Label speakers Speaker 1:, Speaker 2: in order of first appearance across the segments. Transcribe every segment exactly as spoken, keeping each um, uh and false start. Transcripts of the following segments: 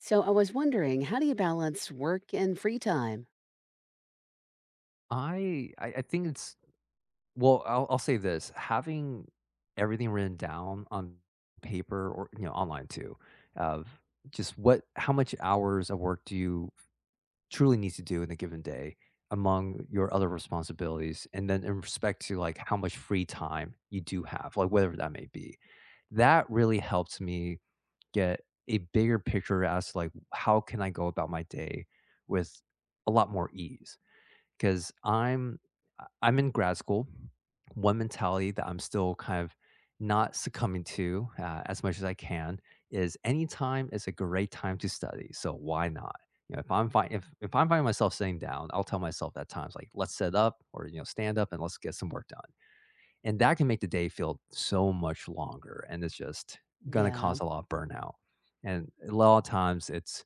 Speaker 1: So I was wondering, how do you balance work and free time?
Speaker 2: I I I think it's well, I'll I'll say this, having everything written down on paper or, you know, online too, of just what how much hours of work do you truly need to do in a given day among your other responsibilities, and then in respect to, like, how much free time you do have, like, whatever that may be. That really helps me get a bigger picture as to, like, how can I go about my day with a lot more ease. 'Cause I'm I am i am in grad school. One mentality that I'm still kind of not succumbing to, uh, as much as I can is any time is a great time to study, so why not? You know, if I'm find if if I'm finding myself sitting down, I'll tell myself at times, like, "Let's sit up," or, you know, "Stand up and let's get some work done." And that can make the day feel so much longer, and it's just gonna
Speaker 1: Yeah,
Speaker 2: cause a lot of burnout. And a lot of times, it's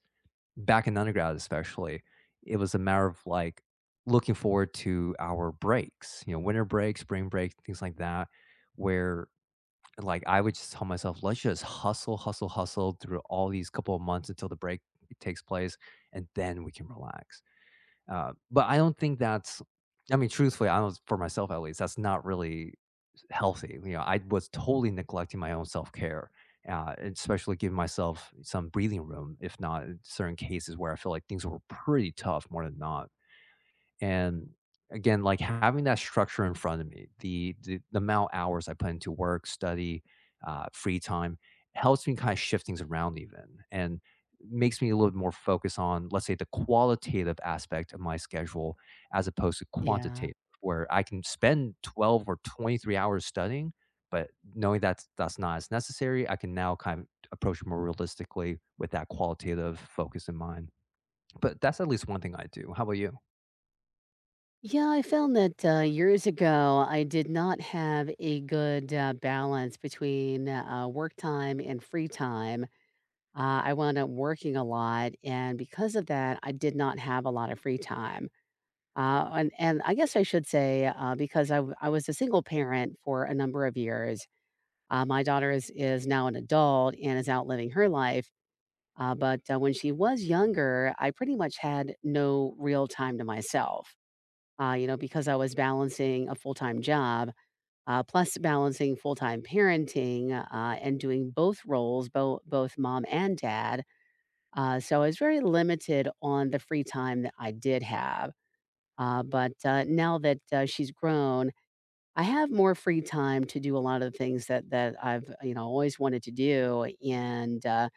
Speaker 2: back in undergrad especially, it was a matter of like looking forward to our breaks, you know, winter break, spring break, things like that, where like I would just tell myself, let's just hustle, hustle, hustle through all these couple of months until the break takes place, and then we can relax. Uh, but I don't think that's, I mean, truthfully, I don't, for myself at least, that's not really healthy. You know, I was totally neglecting my own self care, uh, especially giving myself some breathing room, if not in certain cases where I feel like things were pretty tough more than not. And again, like having that structure in front of me, the the, the amount of hours I put into work, study, uh, free time helps me kind of shift things around even and makes me a little bit more focused on, let's say, the qualitative aspect of my schedule as opposed to
Speaker 1: yeah.
Speaker 2: quantitative, where I can spend twelve or twenty-three hours studying, but knowing that that's not as necessary, I can now kind of approach it more realistically with that qualitative focus in mind. But that's at least one thing I do. How about you?
Speaker 1: Yeah, I found that uh, years ago, I did not have a good uh, balance between uh, work time and free time. Uh, I wound up working a lot, and because of that, I did not have a lot of free time. Uh, and, and I guess I should say, uh, because I, w- I was a single parent for a number of years, uh, my daughter is, is now an adult and is out living her life. Uh, but uh, When she was younger, I pretty much had no real time to myself, uh, you know, because I was balancing a full time job, uh, plus balancing full time parenting uh, and doing both roles, both both mom and dad. Uh, so I was very limited on the free time that I did have. Uh, but uh, Now that uh, she's grown, I have more free time to do a lot of the things that that I've, you know, always wanted to do, and uh,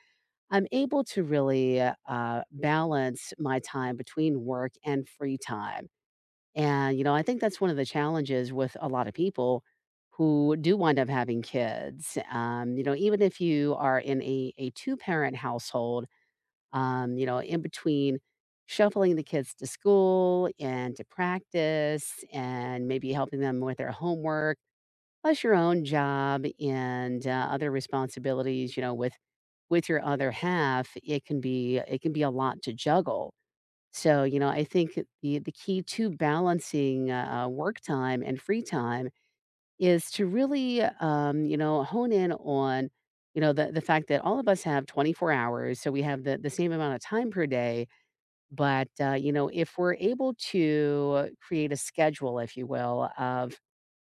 Speaker 1: I'm able to really, uh, balance my time between work and free time. And, you know, I think that's one of the challenges with a lot of people who do wind up having kids. Um, you know, even if you are in a, a two parent household, um, you know, in between shuffling the kids to school and to practice and maybe helping them with their homework, plus your own job and, uh, other responsibilities, you know, with with your other half, it can be it can be a lot to juggle. So, you know, I think the the key to balancing, uh, uh, work time and free time is to really, um, you know, hone in on, you know, the the fact that all of us have twenty-four hours, so we have the the same amount of time per day, but, uh, you know, if we're able to create a schedule, if you will, of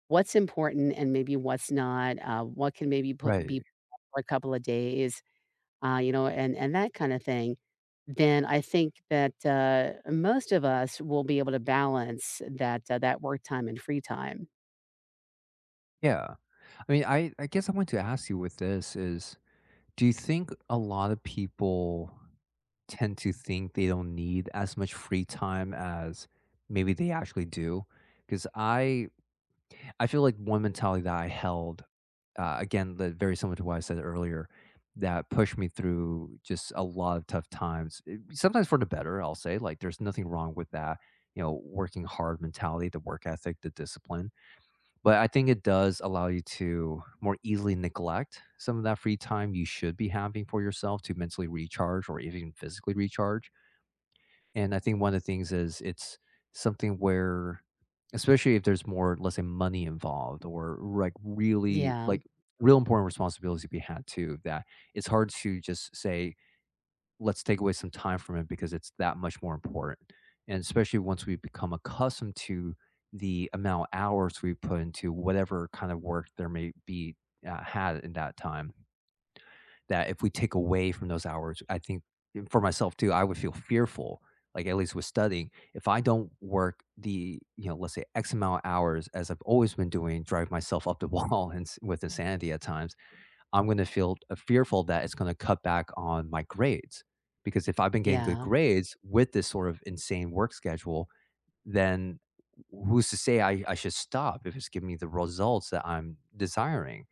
Speaker 1: what's important and maybe what's not, uh, what can maybe put
Speaker 2: Right.
Speaker 1: be for a couple of days, uh, you know, and and that kind of thing, then I think that, uh, most of us will be able to balance that, uh, that work time and free time.
Speaker 2: Yeah. I mean, I I guess I want to ask you with this is, do you think a lot of people tend to think they don't need as much free time as maybe they actually do? Because I I feel like one mentality that I held, uh, again, that very similar to what I said earlier, that pushed me through just a lot of tough times. eh, Sometimes for the better, I'll say. Like, there's nothing wrong with that, you know, working hard mentality, the work ethic, the discipline but I think it does allow you to more easily neglect some of that free time you should be having for yourself to mentally recharge or even physically recharge. And I think one of the things is it's something where, especially if there's more, let's say, money involved or like really
Speaker 1: Yeah,
Speaker 2: like real important responsibilities to be had too, that it's hard to just say, let's take away some time from it because it's that much more important. And especially once we become accustomed to the amount of hours we put into whatever kind of work there may be uh, had in that time, that if we take away from those hours, I think for myself too, I would feel fearful. Like at least with studying, if I don't work the you know let's say X amount of hours as I've always been doing, drive myself up the wall and s- with insanity at times I'm going to feel uh, fearful that it's going to cut back on my grades. Because if I've been getting good
Speaker 1: yeah,
Speaker 2: grades with this sort of insane work schedule, then who's to say I, I should stop if it's giving me the results that I'm desiring?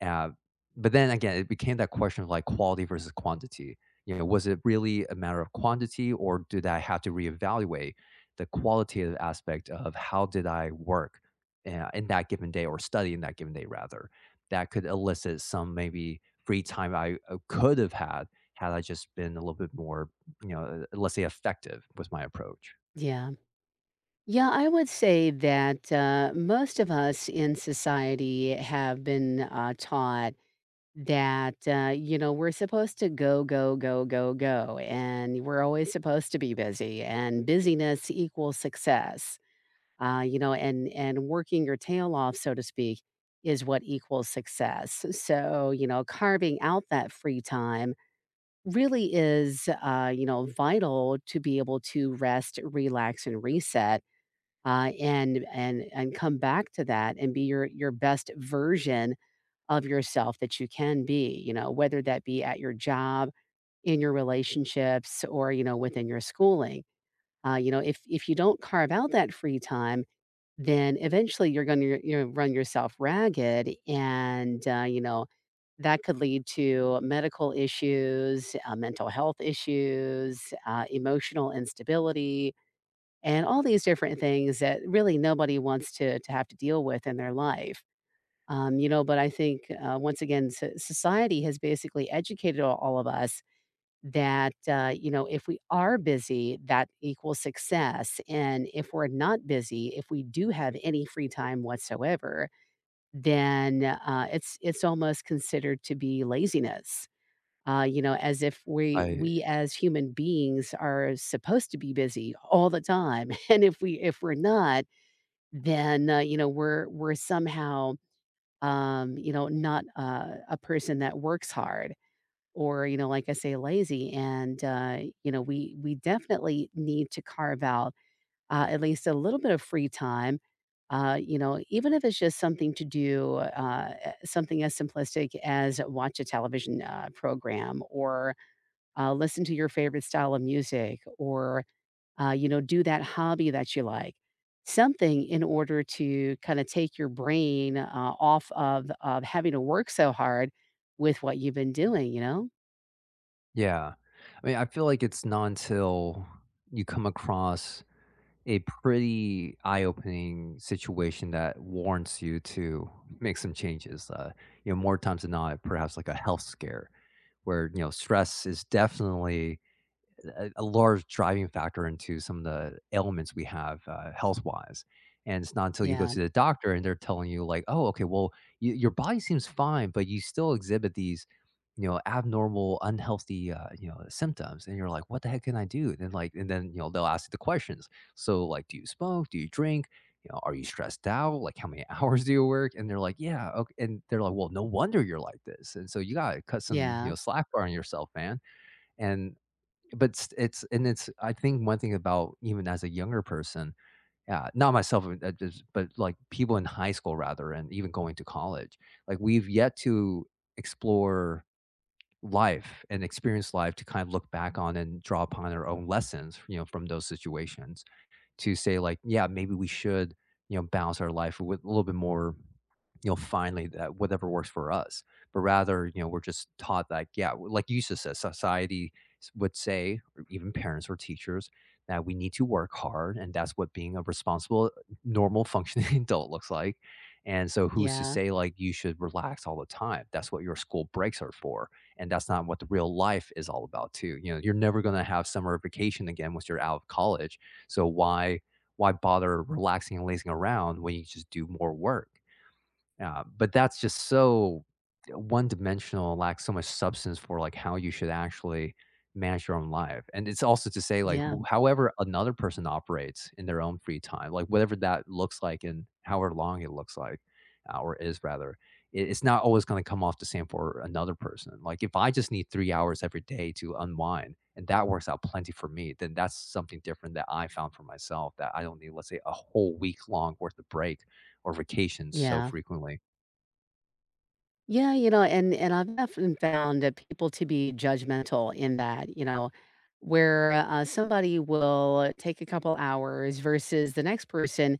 Speaker 2: Uh, but then again, it became that question of like quality versus quantity. You know, was it really a matter of quantity, or did I have to reevaluate the qualitative aspect of how did I work uh, in that given day or study in that given day rather? That could elicit some maybe free time I uh, could have had had I just been a little bit more, you know, uh, let's say effective with my approach.
Speaker 1: yeah. Yeah, I would say that, uh, most of us in society have been, uh, taught that, uh, you know, we're supposed to go, go, go, go, go, and we're always supposed to be busy, and busyness equals success. Uh, you know, and and working your tail off, so to speak, is what equals success. So, you know, carving out that free time really is, uh, you know, vital to be able to rest, relax, and reset, uh, and and and come back to that and be your your best version of yourself that you can be, you know, whether that be at your job, in your relationships, or, you know, within your schooling. Uh, you know, if if you don't carve out that free time, then eventually you're going to, you know, run yourself ragged, and uh, you know that could lead to medical issues, uh, mental health issues, uh, emotional instability, and all these different things that really nobody wants to to have to deal with in their life. Um, you know, but I think, uh, once again, so society has basically educated all, all of us that, uh, you know, if we are busy, that equals success. And if we're not busy, if we do have any free time whatsoever, then uh, it's it's almost considered to be laziness. Uh, you know, as if we
Speaker 2: I
Speaker 1: we as human beings are supposed to be busy all the time, and if we if we're not, then uh, you know, we're we're somehow, um, you know, not uh, a person that works hard or, you know, like I say, lazy. And, uh, you know, we, we definitely need to carve out uh, at least a little bit of free time. Uh, you know, even if it's just something to do, uh, eh, something as simplistic as watch a television uh, program or uh, listen to your favorite style of music or uh, you know, do that hobby that you like, something in order to kind of take your brain uh, off of of having to work so hard with what you've been doing. You know?
Speaker 2: yeah. I mean, I feel like it's not until you come across a pretty eye-opening situation that warrants you to make some changes. Uh, you know, more times than not, perhaps like a health scare where, you know, stress is definitely a, a large driving factor into some of the ailments we have uh, health wise. And it's not until you go
Speaker 1: Yeah,
Speaker 2: to the doctor and they're telling you, like, oh, okay, well, y your body seems fine, but you still exhibit these, you know, abnormal, unhealthy, uh, you know, symptoms. And you're like, what the heck can I do? And like, and then, you know, they'll ask you the questions. So, like, do you smoke? Do you drink? You know, are you stressed out? Like, how many hours do you work? And they're like, yeah. Okay. And they're like, well, no wonder you're like this. And so you got to cut some, you
Speaker 1: yeah,
Speaker 2: know, slack bar on yourself, man. And But it's and it's I think one thing about even as a younger person, yeah, not myself, uh, uh, just but, like, people in high school rather and even going to college, like, we've yet to explore life and experience life to kind of look back on and draw upon our own lessons, you know, from those situations to say, like, "Yeah, maybe we should, you know, balance our life with a little bit more you know, finally that whatever works for us. But rather, you know, we're just taught like, yeah, like you just said, society s- would say, or even parents or teachers, that we need to work hard, and that's what being a responsible, normal, functioning adult looks like. And so, who's to
Speaker 1: yeah,
Speaker 2: say like you should relax all the time? That's what your school breaks are for, and that's not what the real life is all about, too. You know, you're never going to have summer vacation again once you're out of college. So why? Why bother relaxing and lazing around when you just do more work? Yeah, but that's just so one dimensional, lacks so much substance for like how you should actually manage your own life. And it's also to say like
Speaker 1: yeah,
Speaker 2: who, however another person operates in their own free time, like whatever that looks like and however long it looks like uh, or is rather, it, it's not always going to come off the same for another person. Like if I just need three hours every day to unwind and that works out plenty for me, then that's something different that I found for myself that I don't need, let's say, a whole week long worth of break or vacations so
Speaker 1: yeah.
Speaker 2: frequently.
Speaker 1: Yeah, you know, and and I've often found that people to be judgmental in that, you know, where uh, somebody will take a couple hours versus the next person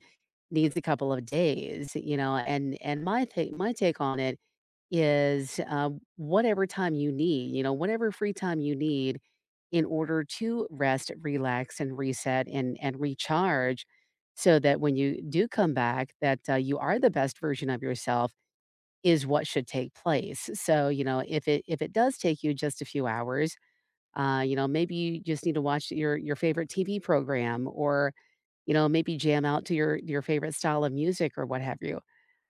Speaker 1: needs a couple of days, you know, and and my take my take on it is, uh, whatever time you need, you know, whatever free time you need in order to rest, relax, and reset and and recharge, so that when you do come back, that uh, you are the best version of yourself is what should take place. So, you know, if it if it does take you just a few hours, uh, you know, maybe you just need to watch your your favorite T V program or, you know, maybe jam out to your your favorite style of music or what have you.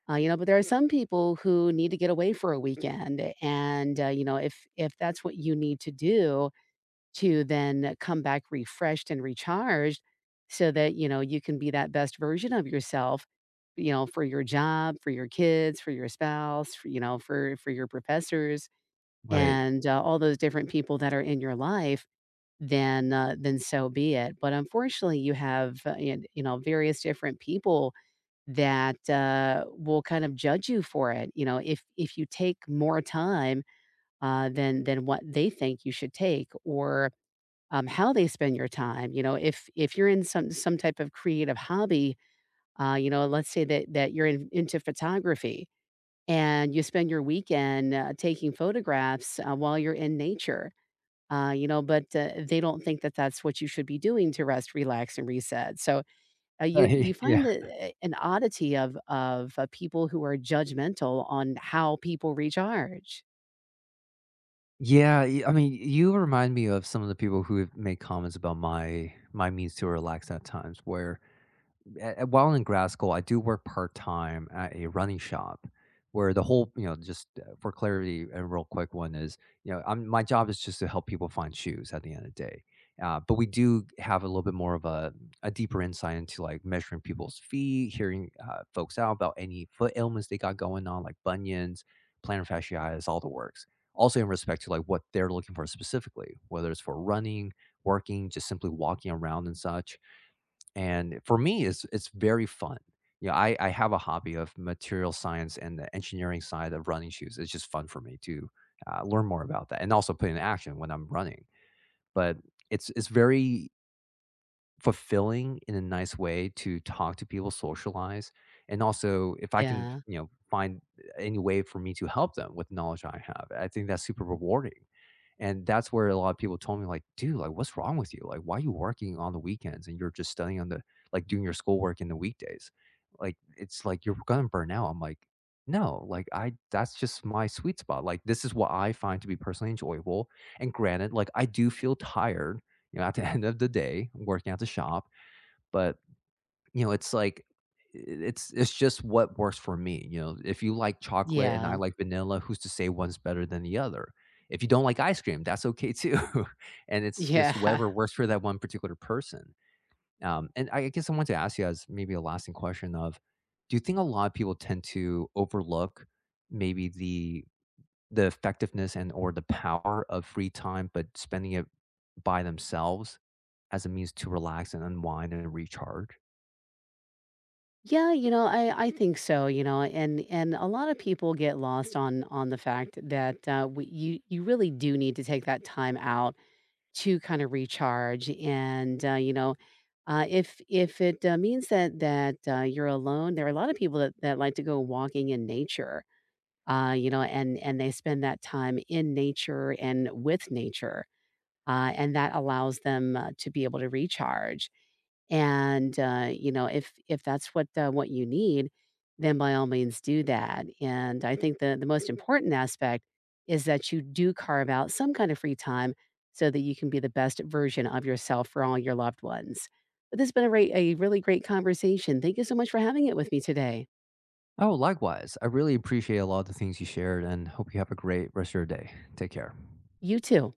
Speaker 1: Uh, you know, but there are some people who need to get away for a weekend and, uh, you know, if if that's what you need to do, to then come back refreshed and recharged so that, you know, you can be that best version of yourself, you know, for your job, for your kids, for your spouse, for, you know, for for your professors
Speaker 2: Right.
Speaker 1: and uh, all those different people that are in your life, then uh, then so be it. But unfortunately, you have uh, y- you know, various different people that uh, will kind of judge you for it. You know, if if you take more time uh, than than what they think you should take, or um, how they spend your time. You know, if if you're in some some type of creative hobby, uh, you know, let's say that that you're in, into photography and you spend your weekend uh, taking photographs uh, while you're in nature. Uh, you know, but uh, they don't think that that's what you should be doing to rest, relax, and reset. So uh, you
Speaker 2: Right.
Speaker 1: you find
Speaker 2: Yeah.
Speaker 1: the, uh, an oddity of of uh, people who are judgmental on how people recharge.
Speaker 2: Yeah, y- I mean, you remind me of some of the people who have made comments about my my means to relax at times. Where a- a- while in grad school, I do work part time at a running shop, where the whole you know just uh, for clarity, a real quick one is you know I'm, my job is just to help people find shoes at the end of the day. Uh, but we do have a little bit more of a, a deeper insight into like measuring people's feet, hearing uh, folks out about any foot ailments they got going on, like bunions, plantar fasciitis, all the works. Also in respect to, like, what they're looking for specifically, whether it's for running, working, just simply walking around and such, and for me, it's it's very fun. You know, I I have a hobby of material science and the engineering side of running shoes, it's just fun for me to, uh, learn more about that and also put in action when I'm running, but it's it's very fulfilling in a nice way to talk to people, socialize, and also if I can,
Speaker 1: Yeah,
Speaker 2: you know, find any way for me to help them with knowledge I have, I think that's super rewarding. And that's where a lot of people told me, like, dude, like, what's wrong with you? Like, why are you working on the weekends and you're just studying on the, like, doing your schoolwork in the weekdays? Like, it's like you're going to burn out. I'm like, no, like, I, that's just my sweet spot. Like, this is what I find to be personally enjoyable. And granted, like, I do feel tired, you know, at the end of the day working at the shop, but you know, it's like it's it's just what works for me, you know? If you like chocolate and I
Speaker 1: yeah,
Speaker 2: like vanilla, who's to say one's better than the other? If you don't like ice cream, that's okay too, and it's just
Speaker 1: yeah.
Speaker 2: whatever works for that one particular person. Um, and I guess I want to ask you as maybe a lasting question of, do you think a lot of people tend to overlook maybe the the effectiveness and or the power of free time, but spending it by themselves as a means to relax and unwind and recharge?
Speaker 1: Yeah, you know, I I think so, you know, and and a lot of people get lost on on the fact that uh, we, you you really do need to take that time out to kind of recharge, and uh, you know, uh, if if it uh, means that that uh, you're alone, there are a lot of people that that like to go walking in nature, uh, you know, and and they spend that time in nature and with nature, uh, and that allows them uh, to be able to recharge and, uh, you know, if if that's what, uh, what you need, then by all means do that. And I think the the most important aspect is that you do carve out some kind of free time so that you can be the best version of yourself for all your loved ones. But this has been a, re- a really great conversation. Thank you so much for having it with me today.
Speaker 2: Oh, likewise. I really appreciate a lot of the things you shared and hope you have a great rest of your day. Take care.
Speaker 1: You too.